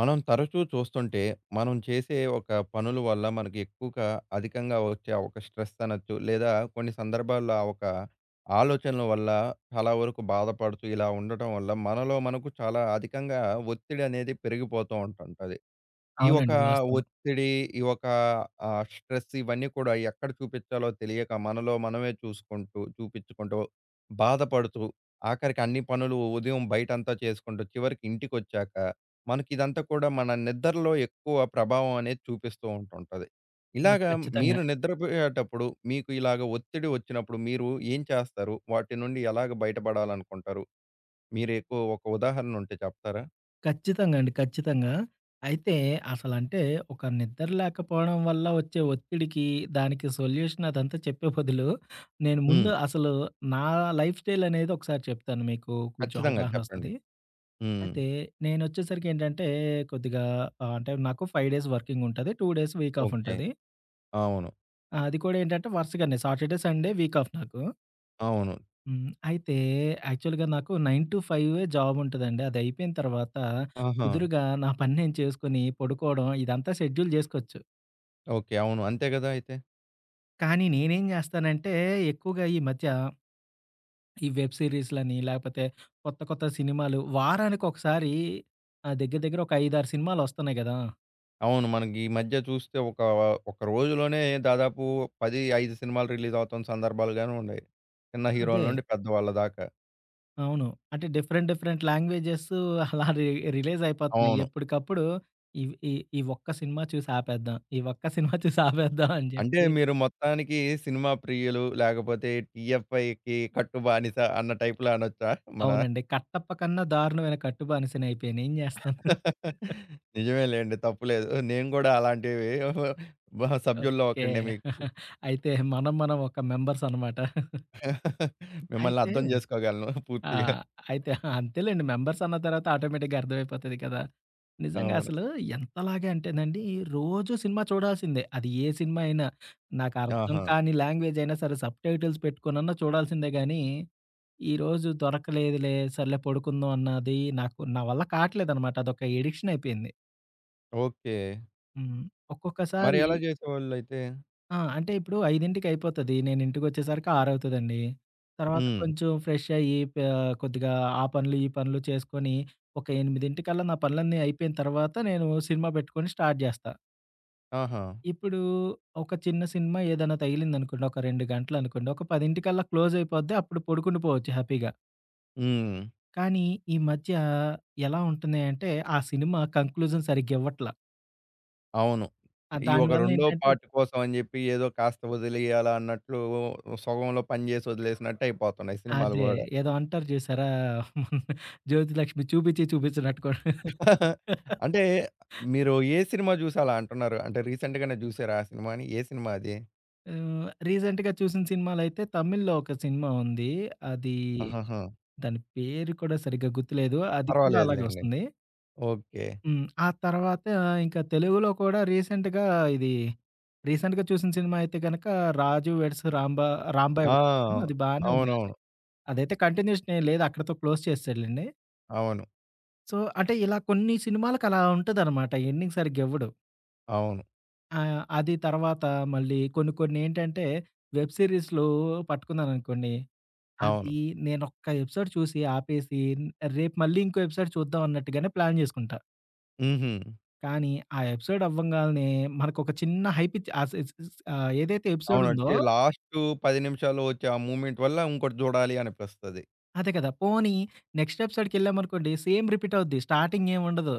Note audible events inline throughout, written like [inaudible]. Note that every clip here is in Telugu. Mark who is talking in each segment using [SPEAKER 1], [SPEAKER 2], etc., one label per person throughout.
[SPEAKER 1] మనం తరచూ చూస్తుంటే, మనం చేసే ఒక పనుల వల్ల మనకి ఎక్కువగా అధికంగా వచ్చే ఆ ఒక స్ట్రెస్ అనొచ్చు. లేదా కొన్ని సందర్భాల్లో ఆ ఒక ఆలోచనల వల్ల చాలా వరకు బాధపడుతూ ఇలా ఉండటం వల్ల మనలో మనకు చాలా అధికంగా ఒత్తిడి అనేది పెరిగిపోతూ ఉంటుంటది. ఈ ఒక
[SPEAKER 2] అవునండి. వాస్తవం.
[SPEAKER 1] ఒత్తిడి, ఈ ఒక స్ట్రెస్ ఇవన్నీ కూడా ఎక్కడ చూపిచ్చాలో తెలియక మనలో మనమే చూసుకుంటూ, చూపిచ్చుకుంటూ, బాధపడుతూ, ఆఖరికి అన్ని పనులు ఉదయం బయటంతా చేసుకుంటూ, చివరికి ఇంటికొచ్చాక మనకిదంతా కూడా మన నిద్రలో ఎక్కువ ప్రభావం అనేది చూపిస్తూ ఉంటుంటది.
[SPEAKER 2] హ్మ్.
[SPEAKER 1] ఇలాగా
[SPEAKER 2] ఖచ్చితంగా.
[SPEAKER 1] మీరు నిద్రపోయేటప్పుడు మీకు ఇలాగ ఒత్తిడి వచ్చినప్పుడు మీరు ఏం చేస్తారు? వాటి నుండి ఎలాగ బయటపడాలనుకుంటారు? మీరు ఎక్కువ ఒక ఉదాహరణ ఉంటే చెప్తారా?
[SPEAKER 2] ఖచ్చితంగా అండి. ఖచ్చితంగా. అయితే అసలంటే ఒక నిద్ర లేకపోవడం వల్ల వచ్చే ఒత్తిడికి, దానికి సొల్యూషన్ అదంతా చెప్పే బదులు, నేను ముందు
[SPEAKER 1] హ్మ్.
[SPEAKER 2] అసలు నా లైఫ్ స్టైల్ అనేది ఒకసారి చెప్తాను మీకు కొంచెం
[SPEAKER 1] ఖచ్చితంగా
[SPEAKER 2] అవగాహన
[SPEAKER 1] చెప్పండి.
[SPEAKER 2] వస్తది.
[SPEAKER 1] హ్మ్.
[SPEAKER 2] అయితే నేనొచ్చేసరికి ఏంటంటే కొద్దిగా అంటే నాకు 5 డేస్ వర్కింగ్ ఉంటది. 2 డేస్ వీక్ ఆఫ్
[SPEAKER 1] ఓకే.
[SPEAKER 2] ఉంటది.
[SPEAKER 1] అవును.
[SPEAKER 2] అది కూడా ఏంటంటే వరుసగానే సాటర్‌డే, సండే వీక్ ఆఫ్ నాకు.
[SPEAKER 1] అవును.
[SPEAKER 2] హ్మ్. అయితే యాక్చువల్‌గా నాకు 9-5 జాబ్ ఉంటదండి. అది అయిపోయిన తర్వాత
[SPEAKER 1] ఆహా!
[SPEAKER 2] కుదురుగా నా పని నేను చేసుకొని పడుకోవడం ఇదంతా షెడ్యూల్ జేసుకోవచ్చు.
[SPEAKER 1] ఓకే. అవును. అంతే గదా! అయితే.
[SPEAKER 2] కానీ నేనేం జేస్తానంటే ఎక్కువగా ఈ మధ్య ఈ వెబ్ సీరీస్‌లని లేకపోతే కొత్త కొత్త సినిమాలు వారానికొకసారి దగ్గర దగ్గర ఒక 5, 6 సినిమాలొస్తున్నాయి గదా!
[SPEAKER 1] అవును. మనకి ఈ మధ్య చూస్తే ఒక ఒక రోజులోనే దాదాపు 10, 5 సినిమాలు రిలీజ్ అవుతున్న సందర్భాలు గాని ఉన్నాయి. చిన్న హీరోల
[SPEAKER 2] అదే.
[SPEAKER 1] నుండి పెద్దవాళ్ళ దాకా.
[SPEAKER 2] అవును. అంటే డిఫరెంట్ డిఫరెంట్ లాంగ్వేజెస్ అలా రిలీజ్ అయిపోతున్నాయి.
[SPEAKER 1] అవును.
[SPEAKER 2] ఎప్పటికప్పుడు ఇవ్ ఈ ఈ ఒక్క సినిమా చూసి ఆపేద్దాం. ఈ ఒక్క సినిమా చూసి ఆపేద్దాం అని
[SPEAKER 1] అంటే
[SPEAKER 2] జెప్పి
[SPEAKER 1] మీరు మొత్తానికి సినిమా ప్రియులు లేకపోతే టీఎఫ్ఐకి కట్టు బానిస అన్న టైప్‌లో అనొచ్చా? మన
[SPEAKER 2] అవునండి. 'కట్టప్ప' కన్నా దారుణమైన కట్టు బానిసని అయిపోయాను. ఏం జేస్తాను?
[SPEAKER 1] నిజమే లెండి. తప్పులేదు. నేను గూడా అలాంటివి బ సభ్యుల్లో
[SPEAKER 2] ఓకే.
[SPEAKER 1] ఒకడినే మీకు.
[SPEAKER 2] అయితే మనం ఒక మెంబర్స్ అనమాట.
[SPEAKER 1] మిమ్మల్ని
[SPEAKER 2] అయితే
[SPEAKER 1] అర్థం జేసుకోగలను
[SPEAKER 2] ఆ!
[SPEAKER 1] పూర్తిగా.
[SPEAKER 2] అయితే అంతేలెండి. మెంబర్స్ అన్న తర్వాత ఆటోమేటిక్‌గా అర్థమైపోతది కదా! నిజంగా
[SPEAKER 1] అవును.
[SPEAKER 2] అసలు ఎంతలాగా అంటేనండి, రోజూ సినిమా చూడాల్సిందే. అది ఏ సినిమా అయినా. నాకు అర్థం
[SPEAKER 1] ఆహా!
[SPEAKER 2] కాని లాంగ్వేజ్ అయినా సరే సబ్ టైటిల్స్ పెట్టుకొనన్నా చూడాల్సిందే గానీ, ఈరోజు దొరకలేదులే సర్లే పడుకుందాం అన్నది నాకు నా వల్ల కాట్లేదనమాట. అదొక ఎడిక్షన్ అయిపోయింది.
[SPEAKER 1] ఓకే.
[SPEAKER 2] హ్మ్.
[SPEAKER 1] మరి
[SPEAKER 2] ఒక్కొక్కసారి
[SPEAKER 1] ఎలా జేసేవాళ్ళైతే?
[SPEAKER 2] అంటే ఇప్పుడు 5కి అయిపోతది. నేను ఇంటికొచ్చేసరికి 6 అవుతదండి. తర్వాత
[SPEAKER 1] హ్మ్.
[SPEAKER 2] కొంచెం ఫ్రెష్ అయ్యి కొద్దిగా ఆ పనులు, ఈ పనులు చేసుకొని ఒక 8కల్లా నా పనులన్నీ అయిపోయిన తర్వాత నేను సినిమా పెట్టుకొని స్టార్ట్ జేస్తా.
[SPEAKER 1] ఆహా!
[SPEAKER 2] ఇప్పుడు ఒక చిన్న సినిమా ఏదైనా తగిలిందనుకోండి, ఒక 2 గంటలనుకోండి, ఒక 10కల్లా క్లోజ్ అయిపోద్ది. అప్పుడు పడుకుండిపోవచ్చు హ్యాపీగా.
[SPEAKER 1] హ్మ్.
[SPEAKER 2] కానీ ఈ మధ్య ఎలా ఉంటున్నాయంటే, ఆ సినిమా కంక్లూజన్ సరిగ్గా ఇవ్వట్ల.
[SPEAKER 1] అవును. ఈ ఒక
[SPEAKER 2] దానివల్ల
[SPEAKER 1] రెండో
[SPEAKER 2] ఏంటంటే
[SPEAKER 1] పార్ట్ కోసం అని జెప్పి ఏదో కాస్త వదిలేయాలా అన్నట్లు సగంలో పని జేసి వదిలేసినట్టు అయిపోతున్నాయి సినిమాలు
[SPEAKER 2] అదే.
[SPEAKER 1] గూడా.
[SPEAKER 2] ఏదో అంటారు జూసారా? జ్యోతిలక్ష్మి చూపిచ్చి చూపిచ్చినట్టు కూడా.
[SPEAKER 1] అంటే మీరు ఏ సినిమా జూసి అలా అంటున్నారు? అంటే రీసెంట్‌గానే జూసారా ఆ సినిమాని? ఏ సినిమా అది?
[SPEAKER 2] హ్మ్. రీసెంట్‌గా చూసిన సినిమాలైతే తమిళ్‌లో ఒక సినిమా ఉంది. అది
[SPEAKER 1] ఆహాహా!
[SPEAKER 2] దాని పేరు కూడా సరిగ్గా గుర్తులేదు. అది కూడా అలాగే
[SPEAKER 1] పర్వాలేదులెండి.
[SPEAKER 2] వస్తుంది.
[SPEAKER 1] ఓకే.
[SPEAKER 2] హ్మ్. ఆ తర్వాత ఇంకా తెలుగులో కూడా రీసెంట్‌గా ఇది రీసెంట్‌గా చూసిన సినిమా అయితే గనక 'రాజు వెడ్స్ రాంబాయ్'
[SPEAKER 1] ఆ!
[SPEAKER 2] ఒకటి చూసాను. అది బానే ఉందండి.
[SPEAKER 1] అవునవును.
[SPEAKER 2] అదైతే కంటిన్యూషన్ ఏం లేదు. అక్కడితో క్లోజ్ చేసాడులెండి.
[SPEAKER 1] అవును.
[SPEAKER 2] సో, అంటే ఇలా కొన్ని సినిమాలకలా ఉంటదనమాట. ఎండింగ్ సరిగ్గా ఇవ్వడు.
[SPEAKER 1] అవును.
[SPEAKER 2] ఆ! అది తర్వాత మళ్ళీ కొన్నేంటంటే, వెబ్ సీరీస్‌లు పట్టుకున్నాననుకోండి.
[SPEAKER 1] అవును.
[SPEAKER 2] అది నేనొక్క ఎపిసోడ్ చూసి ఆపేసి, రేపు మళ్ళీ ఇంకో ఎపిసోడ్ చూద్దాం అన్నట్టుగానే ప్లాన్ జేసుకుంటా.
[SPEAKER 1] హుహు.
[SPEAKER 2] కానీ ఆ ఎపిసోడ్ అవ్వంగాల్నే మనకొక చిన్న హైప్ ఇచ్ ఆ సె స్ ఆహ్, ఏదైతే ఎపిసోడ్
[SPEAKER 1] అవును.
[SPEAKER 2] ఉందో
[SPEAKER 1] వచ్చే లాస్టు 10 నిమిషాల్లో వచ్చే ఆ మూమెంట్ వల్ల ఇంకోటి జూడాలి అనిపిస్తది.
[SPEAKER 2] అదే కదా! పోనీ నెక్స్ట్ ఎపిసోడ్‌కెళ్ళామనుకోండి సేమ్ రిపీట్ అవుద్ది. స్టార్టింగ్ ఏముండదు.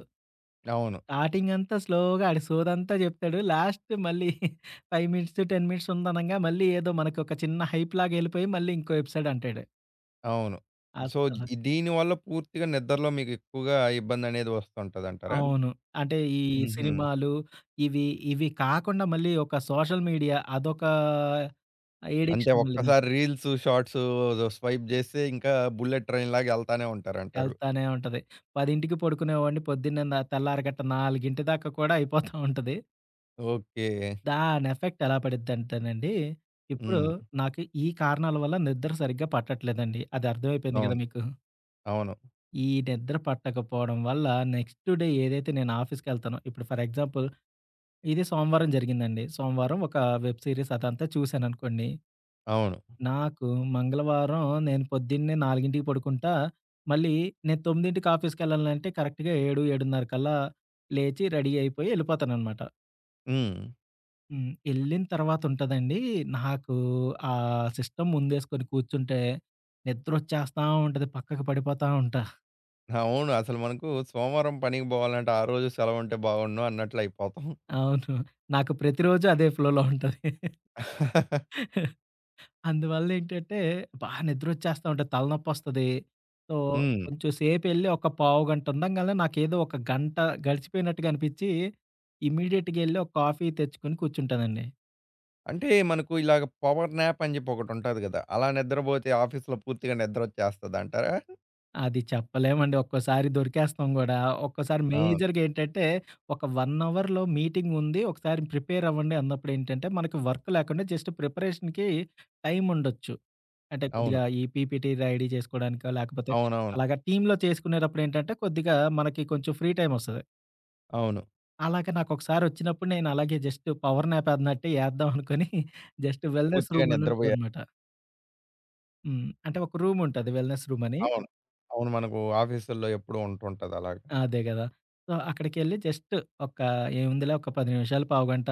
[SPEAKER 1] అవును.
[SPEAKER 2] స్టార్టింగ్ అంతా స్లోగా ఆడి సోదంతా జెప్తాడు. లాస్ట్ మళ్ళీ [laughs] 5 మినిట్స్, 10 మినిట్స్ ఉందనంగా మళ్ళీ ఏదో మనకొక చిన్న హైప్ లాగా ఎళ్ళిపోయి మళ్ళీ ఇంకో ఎపిసోడ్ అంటాడు.
[SPEAKER 1] అవును. సో,
[SPEAKER 2] అస్సల.
[SPEAKER 1] దీనివల్ల పూర్తిగా నిద్రలో మీకు ఎక్కువగా ఇబ్బందనేది వస్తుంటదంటారా?
[SPEAKER 2] అవును. అంటే ఈ
[SPEAKER 1] హుహు.
[SPEAKER 2] సినిమాలు ఇవి, ఇవి కాకుండా మళ్ళీ ఒక సోషల్ మీడియా అదొక
[SPEAKER 1] అంటే
[SPEAKER 2] ఎడిక్షన్ మళ్ళీ నాకు.
[SPEAKER 1] ఒక్కసారి రీల్స్, షార్ట్స్ స్వైప్ జేస్తే ఇంకా బుల్లెట్ ట్రైన్‌లాగా ఎళ్తానే ఉంటారంటారు.
[SPEAKER 2] ఎళ్తానే ఉంటది. 10కి పడుకునేవాడిని పొద్దున్నే తెల్లారగట్ట 4 దాకా కూడా అయిపోతా ఉంటది.
[SPEAKER 1] ఓకే.
[SPEAKER 2] దాని ఎఫెక్ట్ ఎలా పడిద్దంటేనండి, ఇప్పుడు
[SPEAKER 1] హ్మ్.
[SPEAKER 2] నాకు ఈ కారణాల వల్ల నిద్ర సరిగ్గా పట్టట్లేదండి. అది అర్థమైపోయింది కదా
[SPEAKER 1] అవును.
[SPEAKER 2] మీకు.
[SPEAKER 1] అవును.
[SPEAKER 2] ఈ నిద్ర పట్టకపోవడం వల్ల నెక్స్ట్ డే ఏదైతే నేను ఆఫీస్‌కెళ్తానో ఇప్పుడు ఫర్ ఎగ్జాంపుల్ ఇది సోమవారం జరిగిందండి. సోమవారం ఒక వెబ్ సీరీస్ అదంతా చూశాననుకోండి.
[SPEAKER 1] అవును.
[SPEAKER 2] నాకు మంగళవారం నేను పొద్దున్నే 4కి పడుకుంటా. మళ్ళీ నేను 9కి ఆఫీస్‌కెళ్ళాలంటే కరెక్ట్‌గా 7, 7:30 కల్లా లేచి రెడీ అయిపోయి ఎళ్ళిపోతాననమాట.
[SPEAKER 1] హ్మ్.
[SPEAKER 2] హ్మ్. ఎళ్ళిన తర్వాతుంటదండి నాకు ఆ సిస్టమ్ ముందేసుకొని కూర్చుంటే నిద్రొచ్చేస్తా ఉంటది. పక్కకు పడిపోతా ఉంటా.
[SPEAKER 1] అవును. అసలు మనకు సోమవారం పనికి బోవాలంటే ఆ రోజు సెలవుంటే బాగుండును అన్నట్లు అయిపోతాం.
[SPEAKER 2] అవును. నాకు ప్రతిరోజు అదే ఫ్లోలో ఉంటది.
[SPEAKER 1] [laughs]
[SPEAKER 2] అందువల్లేంటంటే, బాగా నిద్రొచ్చేస్తా ఉంటది. తలనొప్పొస్తది. సో,
[SPEAKER 1] హ్మ్.
[SPEAKER 2] కొంచెం సేపెళ్లి ఒక పావుగంట ఉండంగాల్నే నాకేదో ఒక గంట గడిచిపోయినట్టుగా అనిపిచ్చి, ఇమ్మీడియేట్‌గా ఎళ్లి ఒక కాఫీ తెచ్చుకొని కూర్చుంటానండి.
[SPEAKER 1] అంటే మనకు ఇలాగ పవర్ న్యాప్ అని చెప్పి ఒకటుంటది గదా! అలా నిద్రబోతే ఆఫీస్‌లో పూర్తిగా నిద్రొచ్చేస్తదంటారా?
[SPEAKER 2] అది చెప్పలేమండి. ఒక్కోసారి దొరికేస్తాం గూడా. ఒక్కోసారి
[SPEAKER 1] అవును.
[SPEAKER 2] మేజర్‌గా ఏంటంటే, ఒక 1 అవర్‌లో మీటింగ్ ఉంది. ఒకసారి ప్రిపేర్ అవ్వండి అన్నప్పుడేంటంటే, మనకి వర్క్ లేకుండా జస్ట్ ప్రిపరేషన్‌కి టైమ్ ఉండొచ్చు. అంటే కొద్దిగా
[SPEAKER 1] అవును.
[SPEAKER 2] ఈ పీపీటీ రెడీ చేసుకోవడానికో, లేకపోతే
[SPEAKER 1] అవునవును.
[SPEAKER 2] అలాగా టీమ్‌లో చేసుకునేటప్పుడేంటంటే, కొద్దిగా మనకి కొంచెం ఫ్రీ టైమ్ ఒస్తది.
[SPEAKER 1] అవును.
[SPEAKER 2] అలాగా నాకొకసారి ఒచ్చినప్పుడు నేను అలాగే జస్ట్ పవర్ న్యాప్ అన్నట్టే ఏద్దాం అనుకోని జస్ట్ వెల్‌నెస్
[SPEAKER 1] పూర్తిగా
[SPEAKER 2] రూమ్ అని
[SPEAKER 1] నిద్రపోయే
[SPEAKER 2] ఉంటదనమాట. హ్మ్. అంటే ఒక రూమ్ ఉంటది వెల్‌నెస్ రూమని.
[SPEAKER 1] అవును. అవును. మనకు ఆఫీసుల్లో ఎప్పుడూ ఉంటుంటది అలాగా.
[SPEAKER 2] అదే గదా! సో, అక్కడికెళ్ళి జస్ట్ ఒక ఏముందిలే ఒక 10 నిమిషాలు, పావుగంట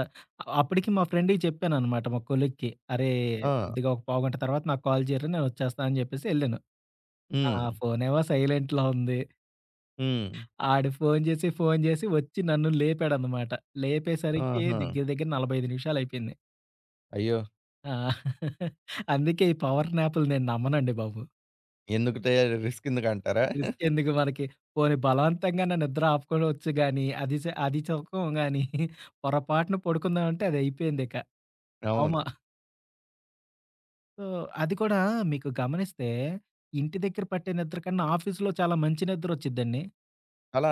[SPEAKER 2] అప్పటికి మా ఫ్రెండ్‌కి చెప్పాననమాట. మా కొలీగ్‌కి. "అరే!
[SPEAKER 1] ఆ!
[SPEAKER 2] కొద్దిగా ఒక పావుగంట తర్వాత నాకు కాల్ చేయరా నేను వచ్చేస్తా" అని చెప్పేసి ఎళ్ళాను. ఆ
[SPEAKER 1] హ్మ్.
[SPEAKER 2] ఫోనేమో సైలెంట్‌లో ఉంది.
[SPEAKER 1] హ్మ్.
[SPEAKER 2] ఆడు ఫోను చేసి, ఫోను చేసి వచ్చి నన్ను లేపాడనమాట. లేపేసరికి
[SPEAKER 1] ఆహా!
[SPEAKER 2] దగ్గర దగ్గర 45 నిమిషాలయిపోయింది.
[SPEAKER 1] అయ్యో!
[SPEAKER 2] ఆ! [laughs] అందుకే ఈ పవర్ న్యాపులు నేను నమ్మనండి బాబు.
[SPEAKER 1] ఎందుకు తే రిస్క్ ఎందుకంటారా?
[SPEAKER 2] రిస్క్
[SPEAKER 1] [laughs]
[SPEAKER 2] ఎందుకు మనకి. పోనీ బలవంతంగా నా నిద్ర ఆపుకొనొచ్చు గానీ, అది సుఖం గానీ, [laughs] పొరపాటున పడుకుందామంటే అది అయిపోయిందిక.
[SPEAKER 1] అవును.
[SPEAKER 2] అవమా సో, అది కూడా మీకు గమనిస్తే, ఇంటి దగ్గర పట్టే నిద్ర కన్నా ఆఫీస్‌లో చాలా మంచి నిద్రొచ్చిద్దండి.
[SPEAKER 1] అలా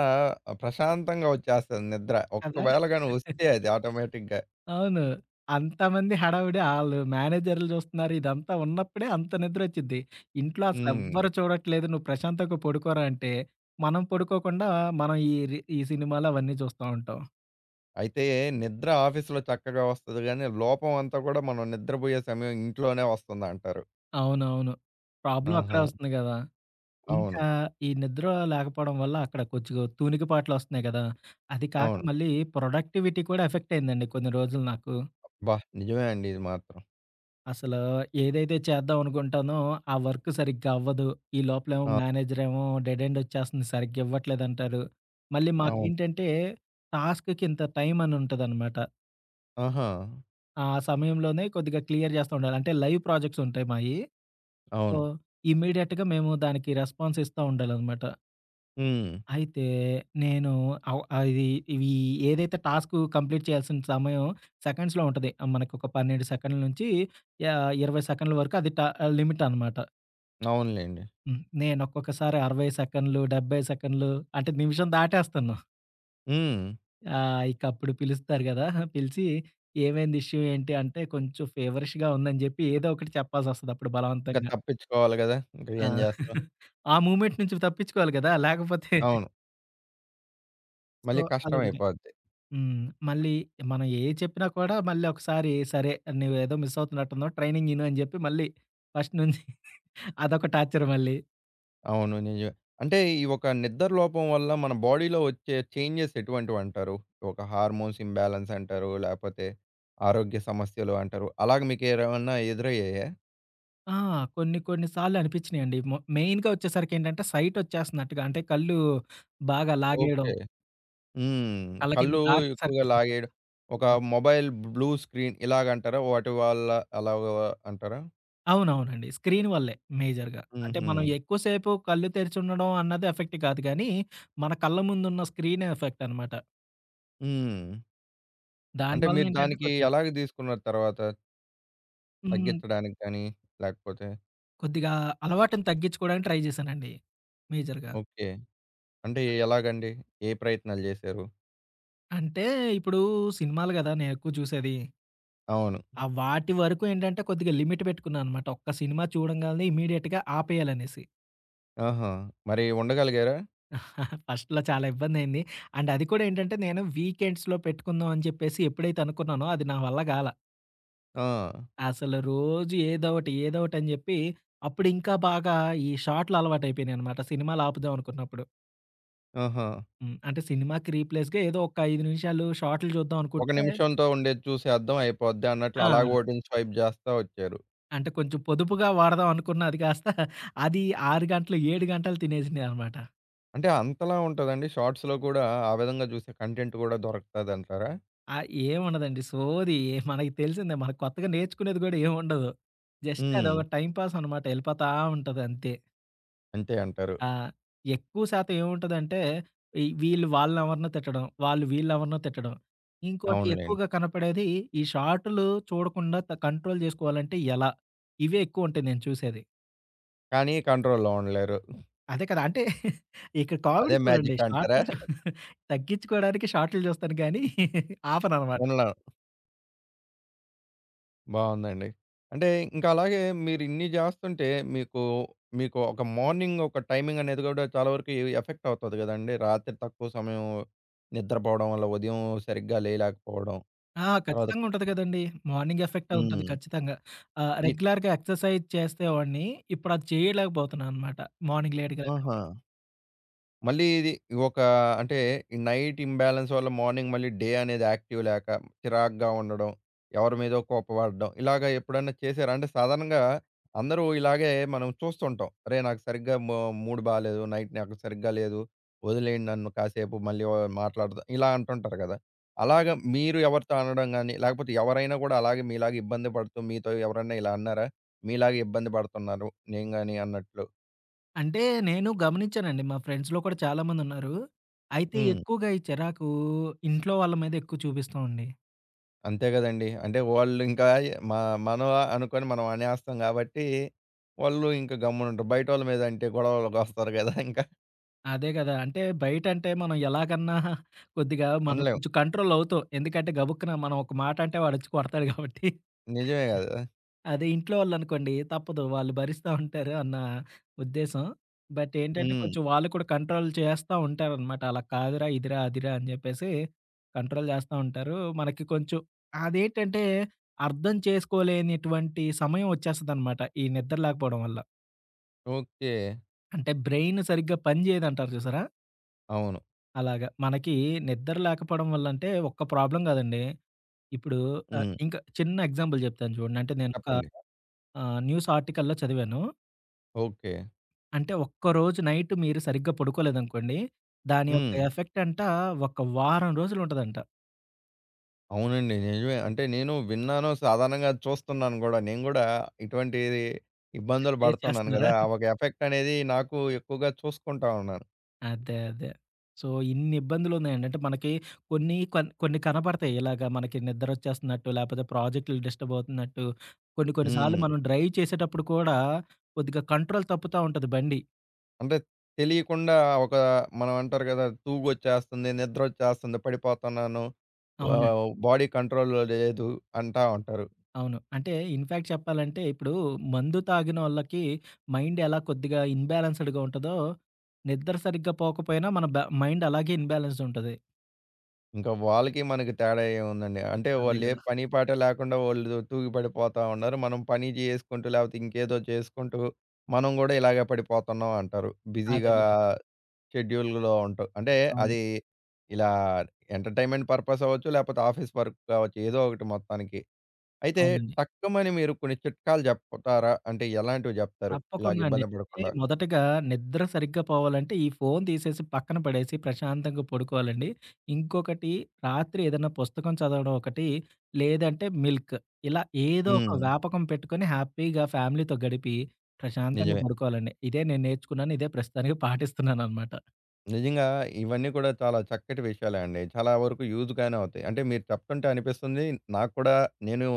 [SPEAKER 1] ప్రశాంతంగా వచ్చేస్తది నిద్ర.
[SPEAKER 2] కదా!
[SPEAKER 1] ఒక్కవేళ గాని వస్తే అది ఆటోమేటిక్‌గా.
[SPEAKER 2] అవును. అంతమంది హడావిడి ఆళ్ళు మేనేజర్లు చూస్తున్నారు. ఇదంతా ఉన్నప్పుడే అంత నిద్రొచ్చిద్ది. ఇంట్లో
[SPEAKER 1] హ్మ్.
[SPEAKER 2] అసలెవ్వరు చూడట్లేదు. నువ్వు ప్రశాంతంగా పడుకోరా అంటే, మనం పడుకోకుండా మనం ఈ సినిమాలు అవన్నీ చూస్తా ఉంటాం.
[SPEAKER 1] అయితే నిద్ర ఆఫీస్‌లో చక్కగా వస్తది గానీ, లోపం అంతా గూడా మనం నిద్రబోయే సమయం ఇంట్లోనే వస్తుందంటారు.
[SPEAKER 2] అవునవును. ప్రాబ్లమ్ అక్కడే
[SPEAKER 1] ఆహా!
[SPEAKER 2] వస్తుంది గదా!
[SPEAKER 1] అవును.
[SPEAKER 2] ఇంకా ఈ నిద్ర లేకపోవడం వల్ల అక్కడ కొద్దిగా తూనికిపాట్లొస్తున్నాయి గదా! అది కాక
[SPEAKER 1] అవును.
[SPEAKER 2] మళ్ళీ ప్రొడక్టివిటీ కూడా ఎఫెక్ట్ అయిందండి కొన్ని రోజులు నాకు.
[SPEAKER 1] అబ్బా! నిజమే అండి ఇది మాత్రం.
[SPEAKER 2] అసలు ఏదైతే చేద్దాం అనుకుంటానో ఆ వర్క్ సరిగ్గా అవ్వదు. ఈ లోపలేమో
[SPEAKER 1] ఆ!
[SPEAKER 2] మేనేజరేమో డెడ్ ఎండ్ ఒచ్చేస్తుంది సరిగ్గా ఇవ్వట్లేదంటారు. మళ్ళీ
[SPEAKER 1] అవును.
[SPEAKER 2] మాకేంటంటే టాస్క్‌కి ఇంత టైం అని ఉంటదనమాట.
[SPEAKER 1] ఆహా!
[SPEAKER 2] ఆ సమయంలోనే కొద్దిగా క్లియర్ చేస్తా ఉండాలి. అంటే లైవ్ ప్రాజెక్ట్స్ ఉంటాయి మాయి. సో,
[SPEAKER 1] అవును.
[SPEAKER 2] ఇమ్మీడియేట్‌గా మేము దానికి రెస్పాన్స్ ఇస్తా ఉండాలనమాట.
[SPEAKER 1] హ్మ్.
[SPEAKER 2] అయితే నేను అవ్ ఆహ్, ఇది ఇవి ఏదైతే టాస్కు కంప్లీట్ చేయాల్సిన సమయం సెకండ్స్‌లో ఉంటది. మనకొక 12 సెకండ్ల నుంచి 20 సెకండ్ల వరకు అది లిమిట్ అనమాట.
[SPEAKER 1] అవునులెండి.
[SPEAKER 2] హ్మ్. నేను ఒక్కొక్కసారి 60 సెకండ్లు, 70 సెకండ్లు అంటే నిమిషం దాటేస్తాను.
[SPEAKER 1] హ్మ్.
[SPEAKER 2] ఇక అప్పుడు పిలుస్తారు గదా! పిలిచి "ఏమైంది ఇష్యూ ఏంటి?" అంటే కొంచెం ఫీవరిష్‌గా ఉందని జెప్పి ఏదో ఒకటి చెప్పాల్సొస్తది అప్పుడు
[SPEAKER 1] ఇంక
[SPEAKER 2] బలవంతంగా.
[SPEAKER 1] తప్పించుకోవాలి గదా! ఇంక
[SPEAKER 2] ఆ!
[SPEAKER 1] ఏం జేస్తాం.
[SPEAKER 2] [laughs] ఆ మూమెంట్ నుంచి తప్పించుకోవాలి గదా! లేకపోతే
[SPEAKER 1] అవును.
[SPEAKER 2] సో,
[SPEAKER 1] మళ్ళీ
[SPEAKER 2] అదొకటి.
[SPEAKER 1] కష్టమైపోద్ది.
[SPEAKER 2] హ్మ్. మళ్ళీ మనం ఏయి చెప్పినా కూడా మళ్ళీ ఒకసారి సరే నువ్వేదో మిస్ అవుతున్నట్టున్నావు ట్రైనింగ్ ఇను అని చెప్పి మళ్ళీ ఫస్ట్ నుంచి [laughs] అదొక టార్చర్ మళ్ళీ.
[SPEAKER 1] అవును. నిజమే. అంటే ఈ ఒక నిద్ర లోపం వల్ల మన బాడీలో వచ్చే చేంజెస్ ఎటువంటివంటారు? ఒక హార్మోన్స్ ఇంబాలెన్స్ అంటారు. లేపోతే ఆరోగ్య సమస్యలు అంటారు. అలాగ మీకేరేమన్నా ఎదురయ్యాయా?
[SPEAKER 2] ఆ! కొన్ని కొన్ని సార్లు అనిపించినియండి. మెయిన్‌గా వచ్చేసరికేంటంటే సైట్ వచ్చేస్తున్నట్టుగా అంటే కళ్ళు బాగా లాగేయడం,
[SPEAKER 1] ఓకే. హ్మ్.
[SPEAKER 2] కళ్ళ కింద
[SPEAKER 1] కళ్ళు
[SPEAKER 2] డార్క్
[SPEAKER 1] ఎక్కువగా
[SPEAKER 2] సర్కిల్స్ వస్తాయి
[SPEAKER 1] లాగేయడం,
[SPEAKER 2] కదా!
[SPEAKER 1] ఒక
[SPEAKER 2] హ్మ్.
[SPEAKER 1] మొబైల్ బ్లూ స్క్రీన్ ఇలాగంటారా? వాటి వల్ల అలాగ అంటారా?
[SPEAKER 2] అవునవునండి. స్క్రీన్ వల్లే మేజర్‌గా. అంటే
[SPEAKER 1] హుహు.
[SPEAKER 2] మనం ఎక్కువ సేపు కళ్ళు తెరిచి ఉండడం అన్నది ఎఫెక్ట్ కాదు గానీ, మన కళ్ళ ముందున్న స్క్రీనే ఎఫెక్ట్ అనమాట.
[SPEAKER 1] హ్మ్. అంటే
[SPEAKER 2] దానివల్ల
[SPEAKER 1] మీరు
[SPEAKER 2] ఏంటంటే
[SPEAKER 1] దానికి
[SPEAKER 2] కొద్దిగా
[SPEAKER 1] ఎలాగ తీసుకున్నారు తర్వాత?
[SPEAKER 2] హ్మ్.
[SPEAKER 1] తగ్గించడానికి కానీ, లేకపోతే
[SPEAKER 2] కొద్దిగా అలవాటుని తగ్గించుకోవడానికి ట్రై జేశానండి. మేజర్‌గా.
[SPEAKER 1] ఓకే. అంటే ఎలాగండి? ఏ ప్రయత్నాలు జేశారు?
[SPEAKER 2] అంటే ఇప్పుడు సినిమాలు గదా! నేనెక్కువ చూసేది.
[SPEAKER 1] అవును.
[SPEAKER 2] ఆ వాటి వరకు ఏంటంటే కొద్దిగా లిమిట్ పెట్టుకున్నాననమాట. ఒక్క సినిమా చూడంగాల్నే ఇమ్మీడియేట్‌గా ఆపేయాలనేసి.
[SPEAKER 1] ఆహా! మరి ఉండగలిగారా?
[SPEAKER 2] [laughs] ఫస్ట్‌లో చాలా ఇబ్బందయింది. అండ్ అది కూడా ఏంటంటే నేను వీకెండ్స్‌లో పెట్టుకుందాం అని చెప్పేసి ఎప్పుడైతే అనుకున్నానో అది నా వల్ల గాలా.
[SPEAKER 1] ఆ!
[SPEAKER 2] అసలు రోజు ఏదో ఒకటి, ఏదో ఒకటి అని జెప్పి అప్పుడు ఇంకా బాగా ఈ షార్ట్‌లు అలవాటయిపోయినాయనమాట. సినిమాలు ఆపుదాం అనుకున్నప్పుడు.
[SPEAKER 1] ఆహా!
[SPEAKER 2] హ్మ్. అంటే సినిమాకి రీప్లేస్‌గా ఏదో ఒక 5 నిమిషాలు షార్ట్‌లు చూద్దాం
[SPEAKER 1] ఒక
[SPEAKER 2] అనుకుంటే
[SPEAKER 1] నిమిషంతో ఉండేది చూసి అర్థం అయిపోద్ది అన్నట్లు అలాగ
[SPEAKER 2] ఆ!
[SPEAKER 1] ఓటింగ్ స్వైప్ చేస్తా వచ్చారు.
[SPEAKER 2] అంటే కొంచెం పొదుపుగా వాడదాం అనుకున్నది కాస్త అది 6 గంటలు, 7 గంటలు తినేసిందనమాట.
[SPEAKER 1] అంటే అంతలా ఉంటదండి షార్ట్స్‌లో కూడా ఆ విధంగా చూసే కంటెంట్ కూడా దొరుకుతదంటారా?
[SPEAKER 2] ఆహ్, ఏముండదండి సోది మనకి తెలిసిందే. మనకు కొత్తగా నేర్చుకునేది కూడా ఏముండదు. జస్ట్
[SPEAKER 1] హ్మ్.
[SPEAKER 2] అదొక టైమ్ పాస్ అనమాట. ఎళ్ళిపోతా ఉంటది అంతే.
[SPEAKER 1] అంతే అంటారు.
[SPEAKER 2] ఆ! ఎక్కువ శాతం ఏముంటదంటే ఈ వీళ్ళు వాళ్ళనెవరినో తిట్టడం, వాళ్ళు వీళ్ళెవరినో తిట్టడం. ఇంకోటి
[SPEAKER 1] అవునులెండి.
[SPEAKER 2] ఎక్కువగా కనపడేది ఈ షార్టులు చూడకుండా కంట్రోల్ చేసుకోవాలంటే ఎలా? ఇవే ఎక్కువుంటాయి నేను చూసేది.
[SPEAKER 1] కానీ కంట్రోల్‌లో ఉండలేరు.
[SPEAKER 2] అదే కదా! అంటే ఇక్కడ కామెడీ
[SPEAKER 1] అదే
[SPEAKER 2] చూడండి.
[SPEAKER 1] మ్యాజిక్ అంటారా?
[SPEAKER 2] షార్ట్‌లు చూ తగ్గించుకోవడానికి షార్ట్‌లు చూస్తాను గానీ ఆపననమాట.
[SPEAKER 1] ఉండలేం. బావుందండి. అంటే ఇంకా అలాగే మీరిన్ని జేస్తుంటే మీకు, మీకు ఒక మార్నింగ్ ఒక టైమింగ్ అనేది గూడా చాలా వరకు ఎఫెక్ట్ అవుతది గదండీ. రాత్రి తక్కువ సమయం నిద్రపోవడం వల్ల ఉదయం సరిగ్గా లేయలేకపోవడం. తర్వాత
[SPEAKER 2] ఖచ్చితంగా ఉంటది కదండీ. మార్నింగ్ ఎఫెక్టే ఉంటది
[SPEAKER 1] హ్మ్.
[SPEAKER 2] ఖచ్చితంగా.
[SPEAKER 1] ఇ
[SPEAKER 2] రెగ్యులర్‌గా ఎక్సర్‌సైజ్ చేసేవాడిని. ఇప్పుడది చేయలేకపోతున్నాననమాట. మార్నింగ్ లేట్‌గా లెగడం.
[SPEAKER 1] ఆహా! మళ్ళీ ఇది ఒక అంటే ఈ నైట్ ఇంబాలెన్స్ వల్ల మార్నింగ్ మళ్ళీ డే అనేది యాక్టివ్ లేక చిరాగ్గా ఉండడం, ఎవరి మీదో కోపపడడం ఇలాగ ఎప్పుడన్నా చేసారా? అంటే సాధారణంగా అందరూ ఇలాగే మనం చూస్తుంటాం. అరేయ్! నాకు సరిగ్గా మూడ్ బాలేదు. నైట్ నాకు సరిగ్గా లేదు. వదిలేయండి నన్ను కాసేపు మళ్ళీ మాట్లాడదాం ఇలా అంటుంటారు కదా! అలాగా మీరు ఎవరితో అనడం గాని, లేకపోతే ఎవరైనా కూడా అలాగే మీలాగా ఇబ్బంది పడుతూ మీతో ఎవరన్నా ఇలా అన్నారా? మీలాగే ఇబ్బంది పడుతున్నారు నేను గాని అన్నట్లు?
[SPEAKER 2] అంటే నేను గమనించానండి. మా ఫ్రెండ్స్‌లో కూడా చాలా మందున్నారు. అయితే
[SPEAKER 1] హ్మ్.
[SPEAKER 2] ఎక్కువగా ఈ చిరాకు ఇంట్లో వాళ్ళ మీద ఎక్కువ చూపిస్తామండి.
[SPEAKER 1] అంతే గదండీ. అంటే వాళ్ళు ఇంకా మ మనం అనుకోని మనం అనేస్తాం గాబట్టి, వాళ్ళు ఇంక గమ్మునుంటారు. బయటోళ్ళ మీద అంటే గొడవలకొస్తారు గదా! ఇంకా
[SPEAKER 2] అదే గదా! అంటే బయటంటే మనం ఎలాగన్నా కొద్దిగా మనం
[SPEAKER 1] ఉండలేం.
[SPEAKER 2] కొంచెం కంట్రోల్ అవుతాం. ఎందుకంటే గబుక్కున మనం ఒక మాట అంటే వాడొచ్చి కొడతాడు గాబట్టి.
[SPEAKER 1] నిజమే గదా!
[SPEAKER 2] అదే ఇంట్లో వాళ్ళనుకోండి తప్పదు. వాళ్ళు భరిస్తా ఉంటారు అన్న ఉద్దేశం. బట్ ఏంటంటే
[SPEAKER 1] హ్మ్.
[SPEAKER 2] కొంచెం వాళ్ళు కూడా కంట్రోల్ చేస్తా ఉంటారనమాట. అలా కాదురా, ఇదిరా, అదిరా అని జెప్పేసి కంట్రోల్ చేస్తా ఉంటారు. మనకి కొంచెం అదేంటంటే అర్థం చేసుకోలేనిటువంటి సమయం ఒచ్చేస్తదనమాట. ఈ నిద్ర లేకపోవడం వల్ల.
[SPEAKER 1] ఓకే.
[SPEAKER 2] అంటే బ్రెయిన్ సరిగ్గా పని జేయదంటారు చూసారా?
[SPEAKER 1] అవును.
[SPEAKER 2] అలాగా. మనకి నిద్ర లేకపోవడం వల్ల అంటే ఒక్క ప్రాబ్లమ్ గాదండి. ఇప్పుడు
[SPEAKER 1] హ్మ్.
[SPEAKER 2] ఇంకా చిన్న ఎగ్జాంపుల్ జెప్తాను చూడండి. అంటే నేను ఒక
[SPEAKER 1] చెప్పండి.
[SPEAKER 2] న్యూస్ ఆర్టికల్‌లో చదివాను.
[SPEAKER 1] ఓకే.
[SPEAKER 2] అంటే ఒక్కరోజు నైట్ మీరు సరిగ్గా పడుకోలేదనుకోండి. దాని యొక్క
[SPEAKER 1] హ్మ్.
[SPEAKER 2] ఎఫెక్ట్ ఒక వారం రోజులుంటదంట.
[SPEAKER 1] అవునండి. నిజమే. అంటే నేను విన్నాను. సాధారణంగా చూస్తున్నాను గూడా. నేను గూడా ఇటువంటి
[SPEAKER 2] అంటే
[SPEAKER 1] ఇబ్బందులు
[SPEAKER 2] ఫేస్
[SPEAKER 1] పడుతున్నాను
[SPEAKER 2] చేస్తున్నారా?
[SPEAKER 1] గదా! ఆ ఒక ఎఫెక్ట్ అనేది నాకు ఎక్కువగా చూసుకుంటా ఉన్నాను.
[SPEAKER 2] అదే. అదే. సో, ఇన్ని ఇబ్బందులున్నాయండి. అంటే మనకి కొన్ని కనపడతాయి. ఇలాగ మనకి నిద్రొచ్చేస్తున్నట్టు, లేపోతే ప్రాజెక్టులు డిస్టర్బ్ అవుతున్నట్టు, కొన్ని కొన్ని సార్లు
[SPEAKER 1] హ్మ్.
[SPEAKER 2] మనం డ్రైవ్ చేసేటప్పుడు కూడా కొద్దిగా కంట్రోల్ తప్పుతా ఉంటది బండి.
[SPEAKER 1] అంటే తెలియకుండా ఒక మనం అంటారు కదా! తూగొచ్చేస్తుంది, నిద్రొచ్చేస్తుంది, పడిపోతున్నాను,
[SPEAKER 2] అవునండి.
[SPEAKER 1] బాడీ కంట్రోల్‌లో లేదు అంటా ఉంటారు.
[SPEAKER 2] అవును. అంటే ఇన్‌ఫాక్ట్ చెప్పాలంటే ఇప్పుడు మందు తాగినోళ్ళకి మైండ్ ఎలా కొద్దిగా ఇన్‌బాలెన్స్‌డ్‌గా ఉంటదో, నిద్ర సరిగ్గా పోకపోయినా మన మైండ్ అలాగే ఇన్‌బాలెన్స్‌డ్ ఉంటది.
[SPEAKER 1] ఇంకా వాళ్ళకి మనకి తేడా ఏముందండి? అంటే
[SPEAKER 2] అదే
[SPEAKER 1] వాళ్ళు ఏ
[SPEAKER 2] గదా!
[SPEAKER 1] పని పాట లేకుండా వాళ్ళు తూగి పడిపోతా ఉన్నారు. మనం పని చేసుకుంటూ లేకపోతే ఇంకేదో చేసుకుంటూ మనం గూడా ఇలాగే పడిపోతున్నాం అంటారు.
[SPEAKER 2] అదే
[SPEAKER 1] బిజీగా
[SPEAKER 2] గదా!
[SPEAKER 1] షెడ్యూల్‌లో ఉంటూ. అంటే
[SPEAKER 2] అవును.
[SPEAKER 1] అది ఇలా ఎంటర్‌టైన్‌మెంట్ పర్పస్ అవ్వచ్చు, లేకపోతే ఆఫీస్ వర్క్ కావచ్చు. ఏదో ఒకటి మొత్తానికి. అయితే
[SPEAKER 2] అవునండి.
[SPEAKER 1] టక్కుమని మీరు కొన్ని చిట్కాలు చెప్తారా? అంటే ఎలాంటివి జెప్తారు? ఇలాగ
[SPEAKER 2] తప్పకుండా అండి.
[SPEAKER 1] ఇబ్బంది
[SPEAKER 2] అంటే
[SPEAKER 1] పడకుండా?
[SPEAKER 2] మొదటగా నిద్ర సరిగ్గా పోవాలంటే ఈ ఫోను తీసేసి పక్కన పడేసి ప్రశాంతంగా పడుకోవాలండి. ఇంకొకటి రాత్రి ఏదైనా పుస్తకం చదవడం ఒకటి, లేదంటే మిల్క్. ఇలా ఏదో ఒక
[SPEAKER 1] హ్మ్.
[SPEAKER 2] వ్యాపకం పెట్టుకొని హ్యాపీగా ఫ్యామిలీతో గడిపి ప్రశాంతంగా
[SPEAKER 1] నిజమే.
[SPEAKER 2] పడుకోవాలండి. ఇదే నేను నేర్చుకున్నాను. ఇదే ప్రస్తుతానికి పాటిస్తున్నాననమాట.
[SPEAKER 1] నిజంగా ఇవన్నీ కూడా చాలా చక్కటి విషయాలే అండి. చాలా వరకు యూజ్‌గానే అవుతాయి. అంటే మీరు చెప్తుంటే అనిపిస్తుంది నాకు కూడా నేను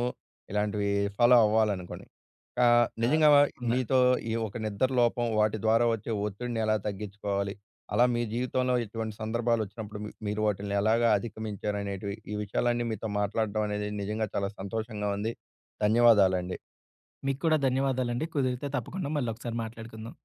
[SPEAKER 1] ఇలాంటివి ఫాలో అవ్వాలనుకోని. నిజంగా
[SPEAKER 2] తప్పకుండా.
[SPEAKER 1] మీతో ఈ ఒక నిద్ర లోపం వాటి ద్వారా వచ్చే ఒత్తిడిని ఎలా తగ్గించుకోవాలి? అలా మీ జీవితంలో ఇటువంటి సందర్భాలొచ్చినప్పుడు మీ మీరు వాటిల్ని ఎలాగా అధిగమించారనేటివి ఈ విషయాలన్నీ మీతో మాట్లాడడం అనేది నిజంగా చాలా సంతోషంగా ఉంది. ధన్యవాదాలండి.
[SPEAKER 2] మీకు కూడా ధన్యవాదాలండి. కుదిరితే తప్పకుండా మళ్ళొకసారి మాట్లాడుకుందాం.